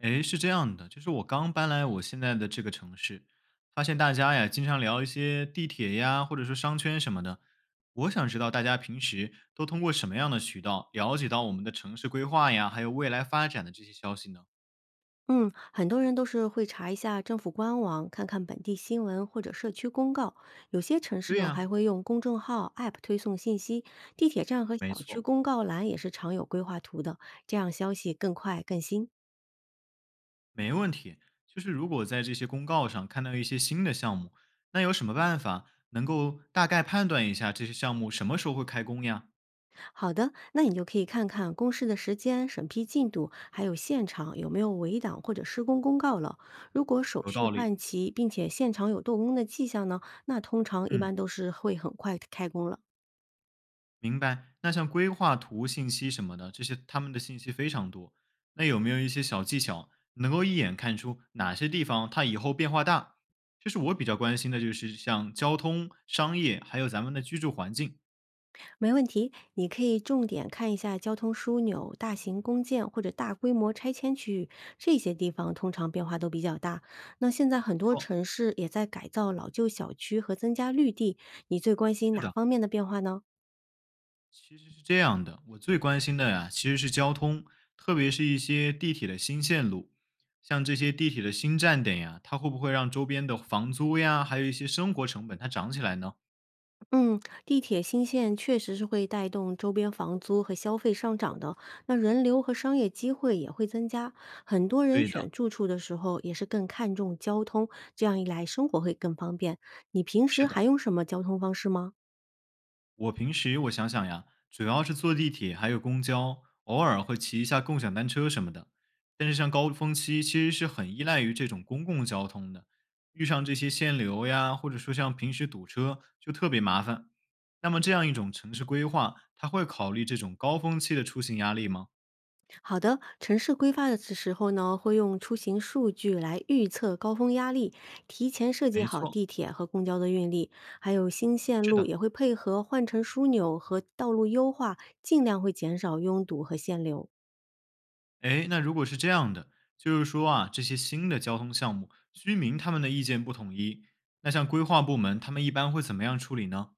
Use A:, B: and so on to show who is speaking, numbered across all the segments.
A: 诶，是这样的，就是我刚搬来我现在的这个城市，发现大家呀经常聊一些地铁呀，或者说商圈什么的。我想知道大家平时都通过什么样的渠道了解到我们的城市规划呀，还有未来发展的这些消息呢？
B: 嗯，很多人都是会查一下政府官网，看看本地新闻或者社区公告。有些城市
A: 对
B: 呢
A: 呀，
B: 还会用公众号、App 推送信息，地铁站和
A: 没
B: 小区
A: 错，
B: 公告栏也是常有规划图的，这样消息更快更新。
A: 没问题。就是如果在这些公告上看到一些新的项目，那有什么办法能够大概判断一下这些项目什么时候会开工呀？
B: 好的，那你就可以看看公示的时间、审批进度，还有现场有没有围挡或者施工公告了。如果手
A: 有
B: 续
A: 道
B: 办
A: 理，
B: 齐，并且现场有动工的迹象呢，那通常一
A: 嗯。
B: 般都是会很快开工了。
A: 明白。那像规划图信息什么的，这些他们的信息非常多，那有没有一些小技巧能够一眼看出哪些地方它以后变化大？就是我比较关心的，就是像交通、商业，还有咱们的居住环境。
B: 没问题，你可以重点看一下交通枢纽、大型公建或者大规模拆迁区域，这些地方通常变化都比较大。那现在很
A: 没
B: 多
A: 错，
B: 城市也在改造老旧小区和增加绿地，你最关心
A: 是
B: 哪
A: 的，
B: 方面的变化呢？
A: 其实是这样的。我最关心的呀，其实是交通，特别是一些地铁的新线路，像这些地铁的新站点呀，它会不会让周边的房租呀，还有一些生活成本它涨起来呢？
B: 嗯，地铁新线确实是会带动周边房租和消费上涨的，那人流和商业机会也会增加。很多人
A: 对的，
B: 选住处的时候也是更看重交通，这样一来生活会更方便。你平
A: 是
B: 时
A: 的。
B: 还用什么交通方式吗？
A: 我平时我想想,呀，主要是坐地铁还有公交，偶尔会骑一下共享单车什么的。但是像高峰期，其实是很依赖于这种公共交通的，遇上这些限流呀，或者说像平时堵车，就特别麻烦。那么这样一种城市规划，它会考虑这种高峰期的出行压力吗？
B: 好的，城市规划的时候呢，会用出行数据来预测高峰压力，提前设计
A: 没
B: 好
A: 错，
B: 地铁和公交的运力，还有新线
A: 是
B: 路
A: 的。
B: 也会配合换乘枢纽和道路优化，尽量会减少拥堵和限流。
A: 哎，那如果是这样的，就是说啊，这些新的交通项目，居民他们的意见不统一，那像规划部门他们一般会怎么样处理呢？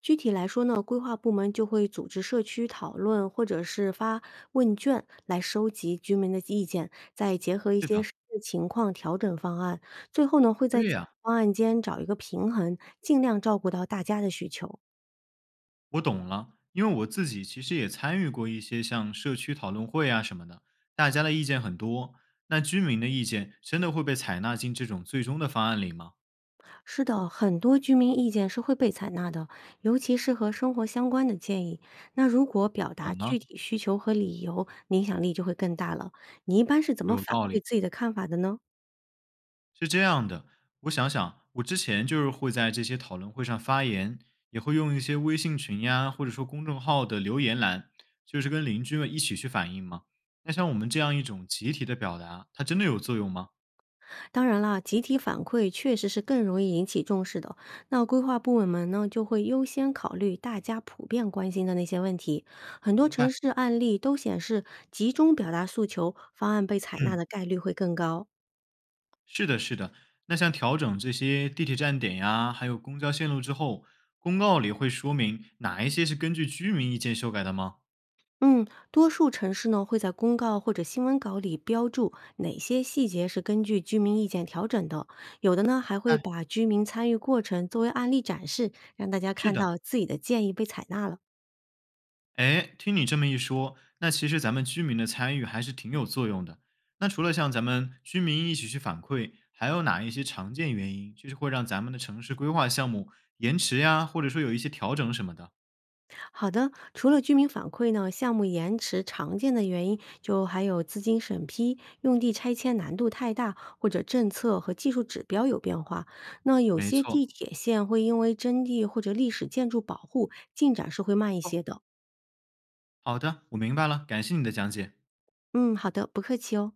B: 具体来说呢，规划部门就会组织社区讨论，或者是发问卷来收集居民的意见，再结合一
A: 是
B: 些
A: 的，
B: 实际情况调整方案，最后呢，会在
A: 对呀，
B: 方案间找一个平衡，尽量照顾到大家的需求。
A: 我懂了，因为我自己其实也参与过一些像社区讨论会啊什么的，大家的意见很多，那居民的意见真的会被采纳进这种最终的方案里吗？
B: 是的，很多居民意见是会被采纳的，尤其是和生活相关的建议。那如果表达
A: 懂呢，
B: 具体需求和理由，影响力就会更大了。你一般是怎么
A: 有
B: 反
A: 道
B: 馈
A: 理，
B: 自己的看法的呢？
A: 是这样的。我想想，我之前就是会在这些讨论会上发言，也会用一些微信群呀，或者说公众号的留言栏，就是跟邻居们一起去反映嘛。那像我们这样一种集体的表达，它真的有作用吗？
B: 当然啦，集体反馈确实是更容易引起重视的。那规划部门呢，就会优先考虑大家普遍关心的那些问题。很多
A: 明
B: 城
A: 白，
B: 市案例都显示，集中表达诉求，方案被采纳
A: 嗯。
B: 的概率会更高。
A: 是的，是的。那像调整这些地铁站点呀，还有公交线路之后，公告里会说明哪一些是根据居民意见修改的吗？
B: 嗯，多数城市呢会在公告或者新闻稿里标注哪些细节是根据居民意见调整的，有的呢还会
A: 哎，
B: 把居民参与过程作为案例展示，让大家
A: 是
B: 看
A: 的，
B: 到自己的建议被采纳了。
A: 哎，听你这么一说，那其实咱们居民的参与还是挺有作用的。那除了像咱们居民一起去反馈，还有哪一些常见原因，就是会让咱们的城市规划项目延迟呀，或者说有一些调整什么的？
B: 好的，除了居民反馈呢，项目延迟常见的原因就还有资金审批、用地拆迁难度太大，或者政策和技术指标有变化。那有
A: 没
B: 些
A: 错，
B: 地铁线会因为征地或者历史建筑保护，进展是会慢一
A: 哦
B: 些的。
A: 好的，我明白了，感谢你的讲解。
B: 嗯，好的，不客气哦。